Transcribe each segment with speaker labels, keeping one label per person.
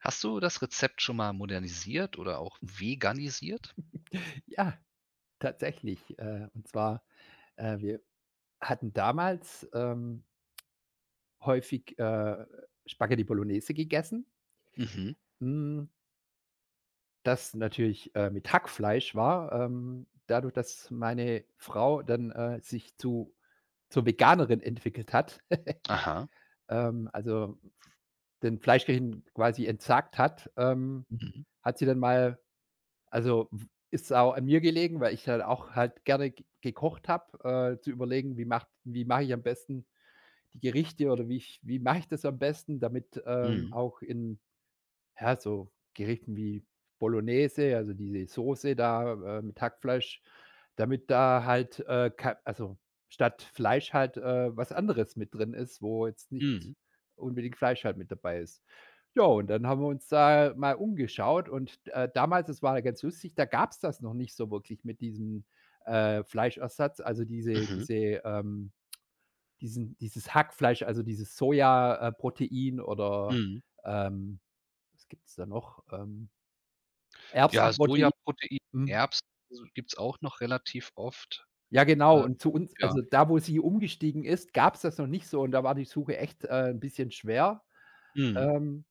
Speaker 1: Hast du das Rezept schon mal modernisiert oder auch veganisiert?
Speaker 2: Ja, tatsächlich. Und zwar, wir hatten damals, häufig, Spaghetti Bolognese gegessen,
Speaker 1: Mhm.
Speaker 2: hm, das natürlich, mit Hackfleisch war. Dadurch, dass meine Frau dann, sich zu zur Veganerin entwickelt hat,
Speaker 1: Aha.
Speaker 2: also, den Fleischgerichten quasi entsagt hat,
Speaker 1: Mhm.
Speaker 2: hat sie dann mal. Also, w ist auch an mir gelegen, weil ich halt auch halt gerne ge gekocht habe, zu überlegen, wie mache ich am besten die Gerichte oder wie mache ich das am besten, damit,
Speaker 1: Mhm.
Speaker 2: auch in, ja, so Gerichten wie Bolognese, also diese Soße da, mit Hackfleisch, damit da halt, ka also statt Fleisch halt, was anderes mit drin ist, wo jetzt nicht
Speaker 1: Mhm.
Speaker 2: unbedingt Fleisch halt mit dabei ist. Ja, und dann haben wir uns da mal umgeschaut und, damals, das war ganz lustig, da gab es das noch nicht so wirklich mit diesem, Fleischersatz, also
Speaker 1: Mhm.
Speaker 2: ähm dieses Hackfleisch, also dieses Soja Protein oder,
Speaker 1: Mhm.
Speaker 2: ähm, was gibt es da noch?
Speaker 1: Ja,
Speaker 2: Erbsenprotein,
Speaker 1: Sojaprotein,
Speaker 2: mhm.
Speaker 1: Erbsen, also gibt's auch noch relativ oft.
Speaker 2: Ja, genau.
Speaker 1: Äh,
Speaker 2: Und zu uns,
Speaker 1: ja.
Speaker 2: also da, wo sie umgestiegen ist, gab es das noch nicht so und da war die Suche echt, 'n bisschen schwer.
Speaker 1: Mhm.
Speaker 2: Ähm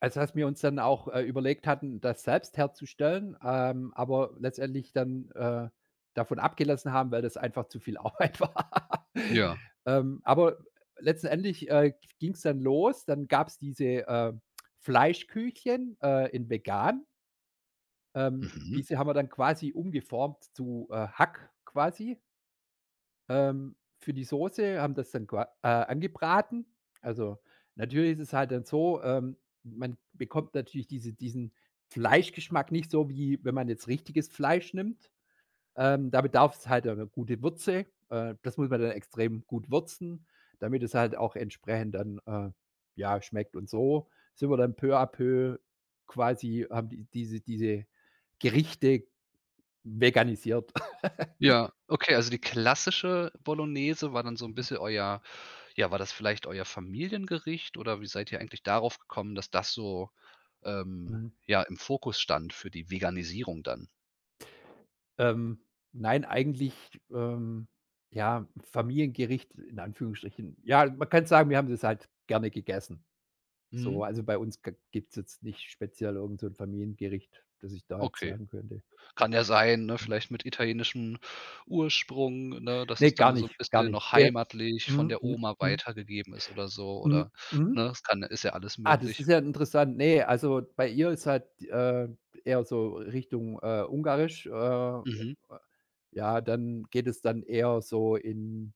Speaker 2: Also, dass wir uns dann auch, überlegt hatten, das selbst herzustellen, aber letztendlich dann, davon abgelassen haben, weil das einfach zu viel Arbeit war.
Speaker 1: Ja.
Speaker 2: Aber letztendlich, ging es dann los. Dann gab es diese, Fleischküchchen, in vegan. Ähm,
Speaker 1: Mhm.
Speaker 2: diese haben wir dann quasi umgeformt zu, Hack, quasi für die Soße, haben das dann qua angebraten. Also, natürlich ist es halt dann so, man bekommt natürlich diesen Fleischgeschmack nicht so, wie wenn man jetzt richtiges Fleisch nimmt. Da bedarf es halt eine gute Würze. Das muss man dann extrem gut würzen, damit es halt auch entsprechend dann, ja, schmeckt. Und so sind wir dann peu à peu, quasi haben diese Gerichte veganisiert.
Speaker 1: Ja, okay, also die klassische Bolognese war dann so ein bisschen euer, ja, war das vielleicht euer Familiengericht, oder wie seid ihr eigentlich darauf gekommen, dass das so, ähm,
Speaker 2: Mhm.
Speaker 1: ja, im Fokus stand für die Veganisierung dann?
Speaker 2: Ähm, nein, eigentlich, ähm, ja, Familiengericht in Anführungsstrichen. Ja, man kann sagen, wir haben das halt gerne gegessen. So,
Speaker 1: Mhm.
Speaker 2: also bei uns g gibt's jetzt nicht speziell irgend so 'n Familiengericht, das ich da jetzt
Speaker 1: Okay.
Speaker 2: sagen könnte. D
Speaker 1: Kann ja sein, ne, vielleicht mit italienischem Ursprung, ne, dass
Speaker 2: Ne,
Speaker 1: es
Speaker 2: gar
Speaker 1: dann so 'n
Speaker 2: nicht, gar
Speaker 1: bisschen
Speaker 2: nicht.
Speaker 1: noch
Speaker 2: Ja.
Speaker 1: heimatlich von
Speaker 2: Mhm,
Speaker 1: der
Speaker 2: mhm,
Speaker 1: Oma
Speaker 2: mhm,
Speaker 1: weitergegeben ist, oder so,
Speaker 2: mhm,
Speaker 1: oder
Speaker 2: mhm.
Speaker 1: ne, es kann ist ja alles
Speaker 2: Ah, das
Speaker 1: möglich.
Speaker 2: ist ja interessant. Ne, also bei ihr ist halt, eher so Richtung, ungarisch. Äh,
Speaker 1: Mhm.
Speaker 2: ja, dann geht es dann eher so in,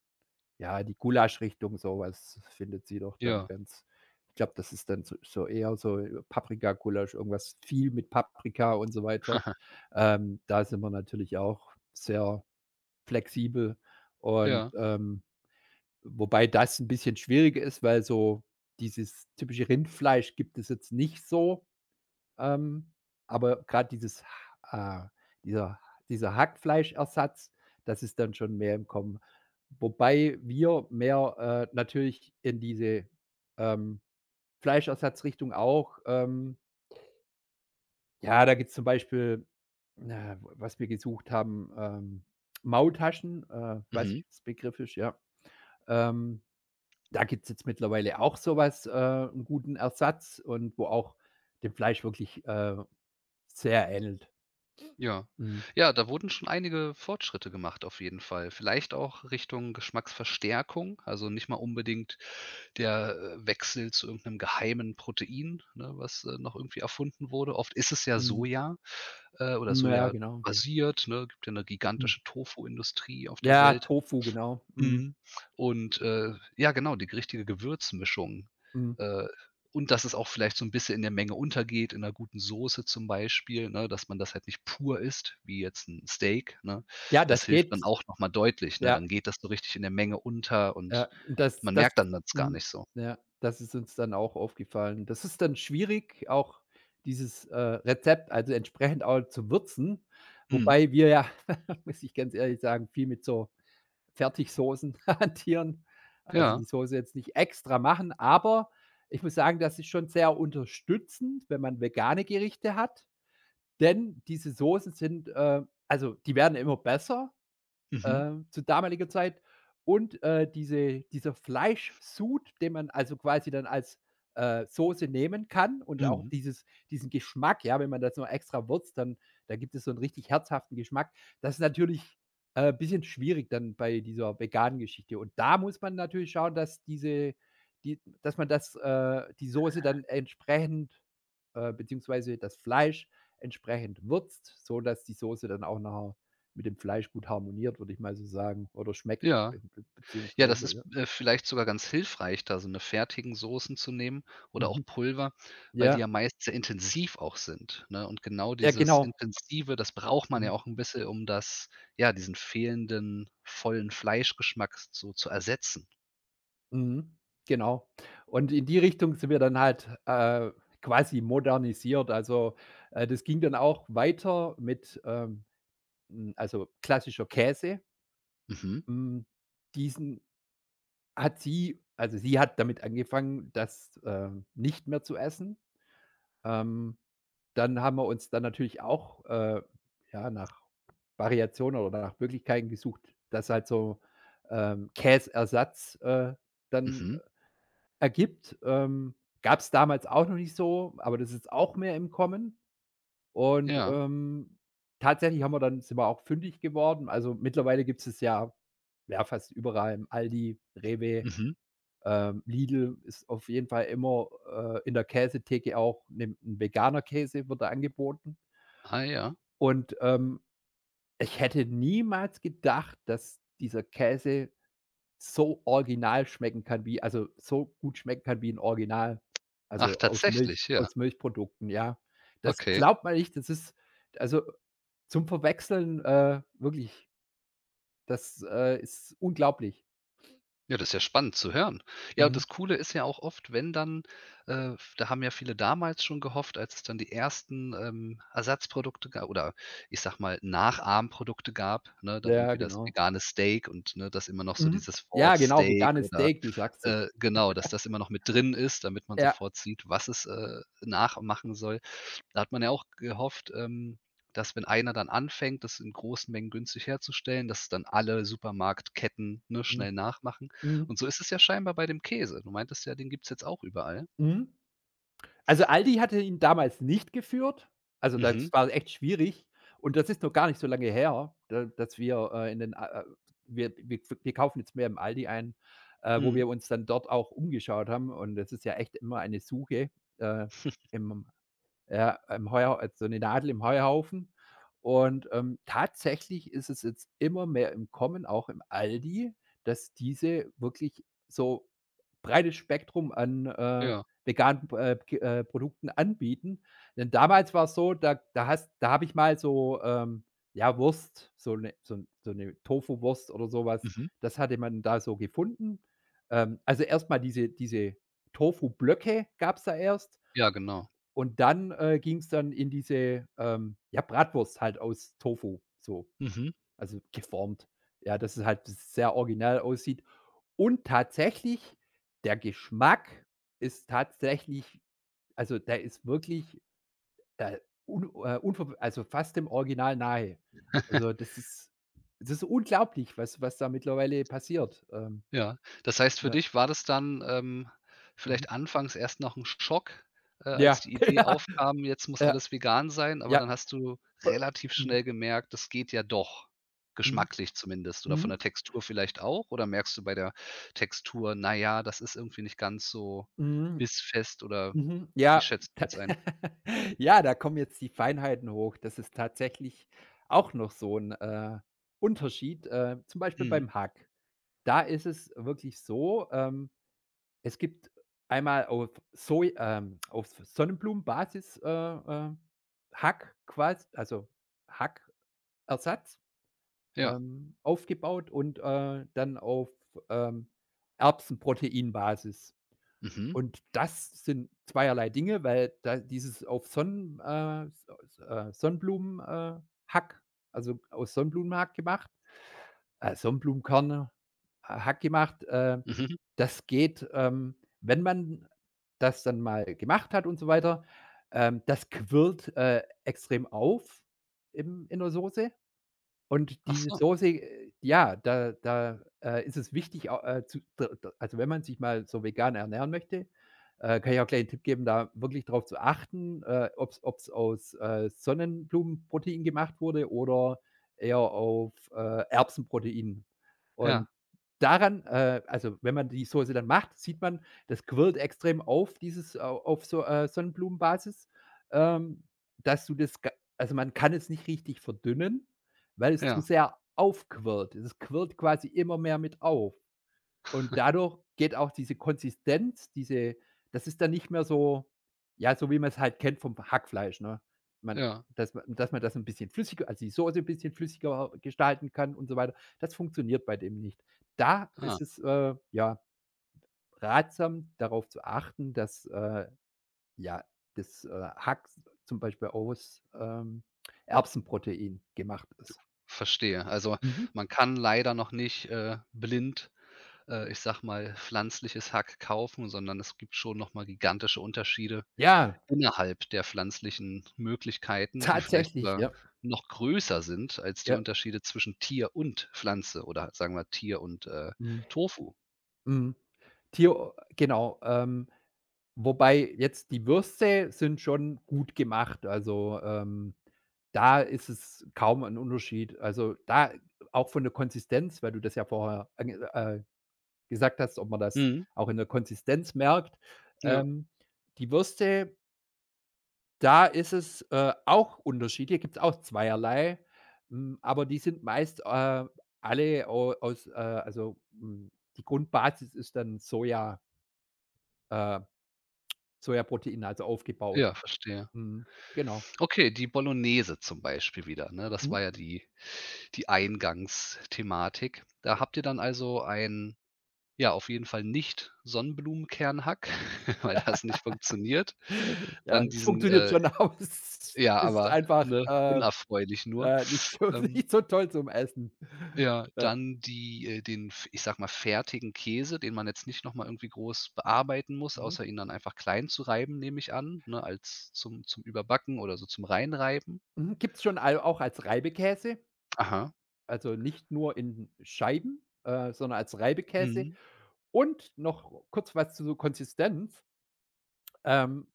Speaker 2: ja, die Gulaschrichtung, so was findet sie doch dann
Speaker 1: Ja.
Speaker 2: ganz, ich glaube, das ist dann so eher so Paprikagulasch, irgendwas viel mit Paprika und so weiter. Da sind wir natürlich auch sehr flexibel und,
Speaker 1: Ja.
Speaker 2: wobei das 'n bisschen schwieriger ist, weil so dieses typische Rindfleisch gibt es jetzt nicht so. Ähm, aber gerade dieses ha dieser dieser Hackfleischersatz, das ist dann schon mehr im Kommen. Wobei wir mehr, natürlich in diese, ähm, Fleischersatzrichtung auch, ja, da gibt's zum Beispiel, na, was wir gesucht haben, Maultaschen, weiß
Speaker 1: Mhm.
Speaker 2: nicht, ob's Begriff ist, ja. Ähm, da gibt's jetzt mittlerweile auch sowas, was, 'n guten Ersatz und wo auch dem Fleisch wirklich, sehr ähnelt.
Speaker 1: Ja.
Speaker 2: Mhm.
Speaker 1: Ja, da wurden schon einige Fortschritte gemacht auf jeden Fall. Vielleicht auch Richtung Geschmacksverstärkung, also nicht mal unbedingt der Wechsel zu irgend 'nem geheimen Protein, ne, was noch irgendwie erfunden wurde. Oft ist es ja
Speaker 2: Mhm.
Speaker 1: Soja, oder
Speaker 2: Hm, ja,
Speaker 1: Soja
Speaker 2: genau.
Speaker 1: basiert, ne? Gibt ja 'ne
Speaker 2: Hm.
Speaker 1: gigantische Tofu-Industrie auf der
Speaker 2: Ja,
Speaker 1: Welt.
Speaker 2: Tofu, genau. Mhm,
Speaker 1: Mhm. Und ja, genau, die richtige Gewürzmischung,
Speaker 2: mhm.
Speaker 1: äh, und dass es auch vielleicht so 'n bisschen in der Menge untergeht, in 'ner guten Soße zum Beispiel, ne, dass man das halt nicht pur isst, wie jetzt 'n Steak, ne?
Speaker 2: Ja,
Speaker 1: Das
Speaker 2: das
Speaker 1: hilft
Speaker 2: geht.
Speaker 1: dann auch noch mal deutlich, ne?
Speaker 2: Ja,
Speaker 1: Dann geht das so richtig in der Menge unter
Speaker 2: ja.
Speaker 1: und man merkt dann das gar
Speaker 2: Mhm,
Speaker 1: nicht so.
Speaker 2: ja, das ist uns dann auch aufgefallen. Das ist dann schwierig, auch dieses, Rezept, also, entsprechend auch zu würzen,
Speaker 1: Mhm.
Speaker 2: wobei wir, ja, muss ich ganz ehrlich sagen, viel mit so Fertigsoßen hantieren. Also,
Speaker 1: Ja.
Speaker 2: die Soße jetzt nicht extra machen, aber ich muss sagen, das ist schon sehr unterstützend, wenn man vegane Gerichte hat. Denn diese Soßen sind, also, die werden immer besser,
Speaker 1: Mhm.
Speaker 2: zu damaliger Zeit und, dieser Fleischsud, den man also quasi dann als, Soße nehmen kann und auch
Speaker 1: Mhm.
Speaker 2: dieses diesen Geschmack, ja, wenn man das noch extra würzt, dann da gibt es so einen richtig herzhaften Geschmack. Das ist natürlich, ein bisschen schwierig dann bei dieser veganen Geschichte. Und da muss man natürlich schauen, dass diese die dass man das, die Soße dann entsprechend, beziehungsweise das Fleisch entsprechend würzt, so dass die Soße dann auch nachher mit dem Fleisch gut harmoniert, würde ich mal so sagen, oder schmeckt be
Speaker 1: Ja.
Speaker 2: be
Speaker 1: Ja, das
Speaker 2: beziehungsweise, ja.
Speaker 1: ist, äh, vielleicht sogar ganz hilfreich, da so eine fertigen Soßen zu nehmen oder auch
Speaker 2: Mhm.
Speaker 1: Pulver, weil die
Speaker 2: Ja,
Speaker 1: ja meist sehr intensiv auch sind, ne? Und genau
Speaker 2: ja,
Speaker 1: dieses
Speaker 2: genau.
Speaker 1: Intensive, das braucht man
Speaker 2: Mhm.
Speaker 1: ja auch ein bisschen, um das, ja, diesen fehlenden vollen Fleischgeschmack so zu ersetzen.
Speaker 2: Mhm. Genau. Und in die Richtung sind wir dann halt, quasi modernisiert. Also, das ging dann auch weiter mit, also klassischer Käse.
Speaker 1: Mhm,
Speaker 2: Hm, Diesen hat sie, sie hat damit angefangen, das, nicht mehr zu essen. Ähm Dann haben wir uns dann natürlich auch, ja, nach Variationen oder nach Möglichkeiten gesucht, dass halt so, Käseersatz, dann
Speaker 1: mhm,
Speaker 2: ergibt. Gab es damals auch noch nicht so, aber das ist jetzt auch mehr im Kommen. Und,
Speaker 1: ja,
Speaker 2: tatsächlich haben wir dann sind wir auch fündig geworden. Also, mittlerweile gibt es ja, ja, fast überall im Aldi, Rewe,
Speaker 1: mhm.
Speaker 2: Lidl. Ist auf jeden Fall immer, in der Käsetheke auch 'n veganer Käse, wird da angeboten.
Speaker 1: Ah, ja.
Speaker 2: Und, ich hätte niemals gedacht, dass dieser Käse so original schmecken kann wie, also, so gut schmecken kann wie 'n Original,
Speaker 1: Ach,
Speaker 2: also, aus
Speaker 1: tatsächlich, ja.
Speaker 2: Milchprodukten, ja. Das
Speaker 1: Okay.
Speaker 2: glaubt man nicht, das ist, also, zum Verwechseln, wirklich, das, ist unglaublich.
Speaker 1: Ja, das ist ja spannend zu hören. Ja, und
Speaker 2: Mhm.
Speaker 1: das Coole ist ja auch oft, wenn dann, äh, da haben ja viele damals schon gehofft, als es dann die ersten Ersatzprodukte ga oder, ich sag mal, Nachahmprodukte gab, ne, dann
Speaker 2: Ja,
Speaker 1: irgendwie das
Speaker 2: genau.
Speaker 1: vegane Steak und, ne, dass immer noch so
Speaker 2: Mhm.
Speaker 1: dieses
Speaker 2: Ja,
Speaker 1: Wort
Speaker 2: genau,
Speaker 1: Steak
Speaker 2: veganes
Speaker 1: oder,
Speaker 2: Steak, du sagst es.
Speaker 1: genau, dass das immer noch mit drin ist, damit man
Speaker 2: Ja.
Speaker 1: sofort sieht, was es, nachmachen soll. Da hat man ja auch gehofft, dass, wenn einer dann anfängt, das in großen Mengen günstig herzustellen, dass es dann alle Supermarktketten, ne,
Speaker 2: Mhm.
Speaker 1: schnell nachmachen. Und
Speaker 2: Mhm.
Speaker 1: so ist es ja scheinbar bei dem Käse. Du meintest ja, den gibt's jetzt auch überall.
Speaker 2: Mhm. Also, Aldi hatte ihn damals nicht geführt. Also,
Speaker 1: Mhm,
Speaker 2: das war echt schwierig und das ist noch gar nicht so lange her, da dass wir, in den a a wir kaufen jetzt mehr im Aldi ein, wo
Speaker 1: mhm.
Speaker 2: wir uns dann dort auch umgeschaut haben und das ist ja echt immer eine Suche, äh, im ja, im Heu so 'ne Nadel im Heuhaufen und, tatsächlich ist es jetzt immer mehr im Kommen, auch im Aldi, dass diese wirklich so breites Spektrum an,
Speaker 1: Ja,
Speaker 2: veganen K Produkten anbieten. Denn damals war es so, da habe ich mal so, ja, Wurst, so 'ne Tofuwurst oder sowas.
Speaker 1: mhm.
Speaker 2: Das hatte man da so gefunden. Also, erstmal diese Tofu-Blöcke gab es da erst
Speaker 1: Ja, genau.
Speaker 2: und dann, ging es dann in diese, ja, Bratwurst halt aus Tofu, so,
Speaker 1: Mhm.
Speaker 2: also, geformt. Ja, dass es halt sehr originell aussieht. Und tatsächlich, der Geschmack ist tatsächlich, also, der ist wirklich, äh, un unverw also, fast dem Original nahe. Also, das ist es ist unglaublich, was da mittlerweile passiert.
Speaker 1: Ja. Das heißt, für
Speaker 2: Ja.
Speaker 1: dich war das dann
Speaker 2: Mhm.
Speaker 1: vielleicht anfangs erst noch 'n Schock,
Speaker 2: Ja,
Speaker 1: als die Idee
Speaker 2: ja,
Speaker 1: aufkam: „Jetzt muss
Speaker 2: ja,
Speaker 1: alles vegan sein“, aber
Speaker 2: ja.
Speaker 1: dann hast du
Speaker 2: Äh,
Speaker 1: relativ
Speaker 2: mhm,
Speaker 1: schnell gemerkt, das geht ja doch,
Speaker 2: mhm,
Speaker 1: geschmacklich zumindest, oder von
Speaker 2: mhm,
Speaker 1: der Textur vielleicht auch? Oder merkst du bei der Textur: „Na ja, das ist irgendwie nicht ganz so
Speaker 2: mhm,
Speaker 1: bissfest“, oder
Speaker 2: mhm,
Speaker 1: wie
Speaker 2: ja.
Speaker 1: schätzt du das ein?
Speaker 2: Ja, da kommen jetzt die Feinheiten hoch. Das ist tatsächlich auch noch so ein, Unterschied, zum Beispiel
Speaker 1: Mhm.
Speaker 2: beim Hack. Da ist es wirklich so, es gibt einmal auf Soj auf Sonnenblumenbasis, Hack, quasi also Hackersatz,
Speaker 1: Ja.
Speaker 2: aufgebaut und, dann auf, ähm, Erbsenproteinbasis.
Speaker 1: Mhm.
Speaker 2: Und das sind zweierlei Dinge, weil da dieses auf Sonnenblumen, Hack, also aus Sonnenblumenhack gemacht, Sonnenblumenkerne, Hack gemacht. Äh,
Speaker 1: Mhm.
Speaker 2: das geht, wenn man das dann mal gemacht hat und so weiter, das quirlt, extrem auf im in der Soße. Und
Speaker 1: Ach
Speaker 2: diese
Speaker 1: so.
Speaker 2: Soße, ja, da, ist es wichtig, au zu d d also, wenn man sich mal so vegan ernähren möchte, kann ich auch gleich 'n Tipp geben, da wirklich drauf zu achten, ob's aus, Sonnenblumenprotein gemacht wurde oder eher auf, Erbsenprotein. Und
Speaker 1: Ja,
Speaker 2: daran, also, wenn man die Soße dann macht, sieht man, das quirlt extrem auf dieses au auf so Sonnenblumenbasis, ähm, dass du das ga also, man kann es nicht richtig verdünnen. Weil es zu
Speaker 1: ja,
Speaker 2: sehr aufquirlt. Es quirlt quasi immer mehr mit auf. Und dadurch geht auch diese Konsistenz, diese, das ist dann nicht mehr so, ja, so wie man es halt kennt vom Hackfleisch, ne? Man
Speaker 1: ja.
Speaker 2: Dass man das ein bisschen flüssiger, also die Soße ein bisschen flüssiger gestalten kann und so weiter. Das funktioniert bei dem nicht. Da
Speaker 1: Ah,
Speaker 2: ist es, ja, ratsam, darauf zu achten, dass, ja, das, Hack zum Beispiel aus, Erbsenprotein gemacht ist.
Speaker 1: verstehe. Also,
Speaker 2: Mhm.
Speaker 1: man kann leider noch nicht, blind, ich sag mal, pflanzliches Hack kaufen, sondern es gibt schon noch mal gigantische Unterschiede
Speaker 2: Ja,
Speaker 1: innerhalb der pflanzlichen Möglichkeiten, die vielleicht
Speaker 2: tatsächlich,
Speaker 1: sogar
Speaker 2: ja,
Speaker 1: noch größer sind als die
Speaker 2: ja.
Speaker 1: Unterschiede zwischen Tier und Pflanze, oder sagen wir Tier und
Speaker 2: Mhm,
Speaker 1: Tofu.
Speaker 2: mhm. Tier, genau, wobei jetzt, die Würste sind schon gut gemacht. Also, da ist es kaum ein Unterschied. Also, da auch von der Konsistenz, weil du das ja vorher ange gesagt hast, ob man das
Speaker 1: Mhm.
Speaker 2: auch in der Konsistenz merkt.
Speaker 1: Ja,
Speaker 2: Ähm, die Würste Da ist es, auch Unterschiede, gibt's auch zweierlei, aber die sind meist, alle au aus, also, die Grundbasis ist dann äh, Sojaprotein, also aufgebaut.
Speaker 1: ja, verstehe.
Speaker 2: Mhm, genau.
Speaker 1: Okay, die Bolognese zum Beispiel wieder, ne? Das war
Speaker 2: Mhm.
Speaker 1: ja die Eingangsthematik. Da habt ihr dann also ein... Ja, auf jeden Fall nicht Sonnenblumenkernhack, weil das nicht funktioniert.
Speaker 2: Ja,
Speaker 1: Dann
Speaker 2: es
Speaker 1: diesen,
Speaker 2: funktioniert
Speaker 1: äh
Speaker 2: schon, aber es
Speaker 1: ja,
Speaker 2: ist
Speaker 1: aber,
Speaker 2: einfach,
Speaker 1: ne, unerfreulich nur.
Speaker 2: nicht so,
Speaker 1: Ähm,
Speaker 2: nicht so toll zum Essen.
Speaker 1: ja,
Speaker 2: Ja,
Speaker 1: dann die den f ich sage mal, fertigen Käse, den man jetzt nicht noch mal irgendwie groß bearbeiten muss,
Speaker 2: mhm.
Speaker 1: außer ihn dann einfach klein zu reiben, nehme ich an, ne, als zum Überbacken oder so zum Reinreiben.
Speaker 2: Mhm, gibt's schon al auch als Reibekäse,
Speaker 1: Aha,
Speaker 2: also nicht nur in Scheiben, sondern als Reibekäse.
Speaker 1: mhm,
Speaker 2: Und noch kurz was zu Konsistenz. Ähm,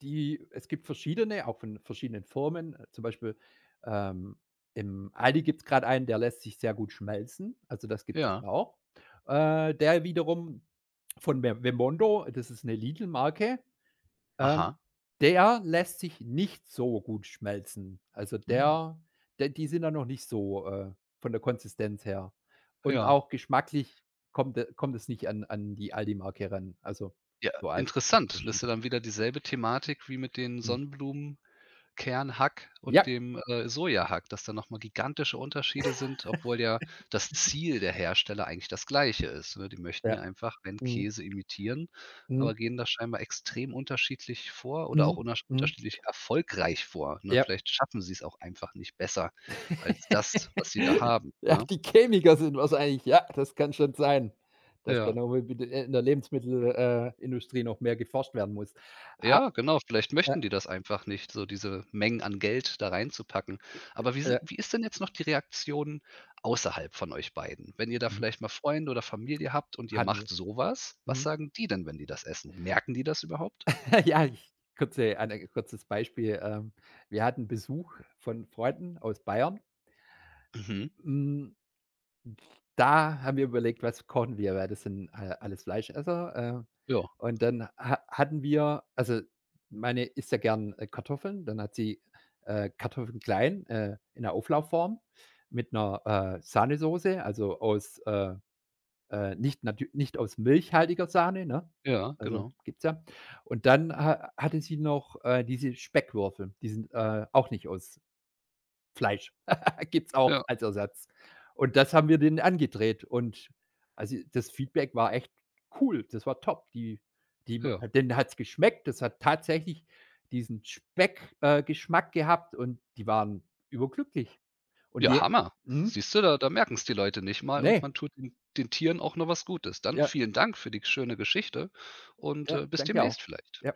Speaker 2: die Es gibt verschiedene, auch von verschiedenen Firmen, zum Beispiel, ähm, im Aldi gibt es gerade einen, der lässt sich sehr gut schmelzen, also das gibt es
Speaker 1: ja,
Speaker 2: auch. Der wiederum von Ve Vemondo, das ist eine Lidl-Marke,
Speaker 1: aha,
Speaker 2: ähm, der lässt sich nicht so gut schmelzen. Also,
Speaker 1: mhm,
Speaker 2: der der die sind dann noch nicht so, von der Konsistenz her. Und
Speaker 1: ja.
Speaker 2: auch geschmacklich kommt es nicht an die Aldi-Marke ran. Also,
Speaker 1: Ja,
Speaker 2: so als
Speaker 1: interessant. Das ist
Speaker 2: Unterschied.
Speaker 1: ja dann wieder dieselbe Thematik wie mit den
Speaker 2: Mhm.
Speaker 1: Sonnenblumen Kernhack und
Speaker 2: Ja,
Speaker 1: dem Sojahack, dass da nochmal gigantische Unterschiede sind, obwohl ja das Ziel der Hersteller eigentlich das Gleiche ist, ne? Die möchten
Speaker 2: ja.
Speaker 1: ja einfach einen
Speaker 2: Mhm,
Speaker 1: Käse imitieren,
Speaker 2: mhm,
Speaker 1: aber gehen da scheinbar extrem unterschiedlich vor oder
Speaker 2: mhm,
Speaker 1: auch unersch
Speaker 2: mhm.
Speaker 1: unterschiedlich erfolgreich vor, ne?
Speaker 2: Ja.
Speaker 1: Vielleicht schaffen sie es auch einfach nicht besser als das, was sie da haben,
Speaker 2: Ja,
Speaker 1: ne?
Speaker 2: die Chemiker sind wahrscheinlich, ja, das kann schon sein, dass da
Speaker 1: Ja.
Speaker 2: noch mal in der Lebensmittelindustrie Industrie noch mehr geforscht werden muss. Ah,
Speaker 1: Ja, genau, vielleicht
Speaker 2: ja,
Speaker 1: möchten die das einfach nicht, so diese Mengen an Geld da reinzupacken. Aber
Speaker 2: ja,
Speaker 1: wie ist denn jetzt noch die Reaktion außerhalb von euch beiden? Wenn ihr da
Speaker 2: mhm.
Speaker 1: vielleicht mal Freunde oder Familie habt und ihr
Speaker 2: Hatten
Speaker 1: macht
Speaker 2: wir.
Speaker 1: so was, was
Speaker 2: Mhm.
Speaker 1: sagen die denn, wenn die das essen? Merken die das überhaupt?
Speaker 2: Ja, ich, kurzes Beispiel. Wir hatten Besuch von Freunden aus Bayern.
Speaker 1: Mhm.
Speaker 2: Hm, Da haben wir überlegt, was kochen wir, weil das sind a alles Fleischesser,
Speaker 1: Ja,
Speaker 2: und dann ha hatten wir, also, meine isst ja gern, Kartoffeln, dann hat sie, Kartoffeln klein, in 'ner Auflaufform mit einer, Sahnesoße, also aus, nicht aus milchhaltiger Sahne, ne?
Speaker 1: ja,
Speaker 2: Also,
Speaker 1: genau.
Speaker 2: gibt's ja. Und dann ha hatte sie noch, diese Speckwürfel. Die sind, auch nicht aus Fleisch. Gibt's auch
Speaker 1: Ja,
Speaker 2: als Ersatz. Und das haben wir denen angedreht und, also, das Feedback war echt cool. Das war top. Die,
Speaker 1: ja.
Speaker 2: denen hat's geschmeckt. Das hat tatsächlich diesen Speck Geschmack gehabt und die waren überglücklich. Und
Speaker 1: Ja,
Speaker 2: die.
Speaker 1: Hammer.
Speaker 2: mhm,
Speaker 1: Siehst du, da merken es die Leute nicht mal und man
Speaker 2: ne,
Speaker 1: tut den Tieren auch noch was Gutes. Dann
Speaker 2: ja,
Speaker 1: vielen Dank für die schöne Geschichte und,
Speaker 2: ja,
Speaker 1: äh, bis
Speaker 2: danke
Speaker 1: demnächst
Speaker 2: auch.
Speaker 1: vielleicht.
Speaker 2: Ja.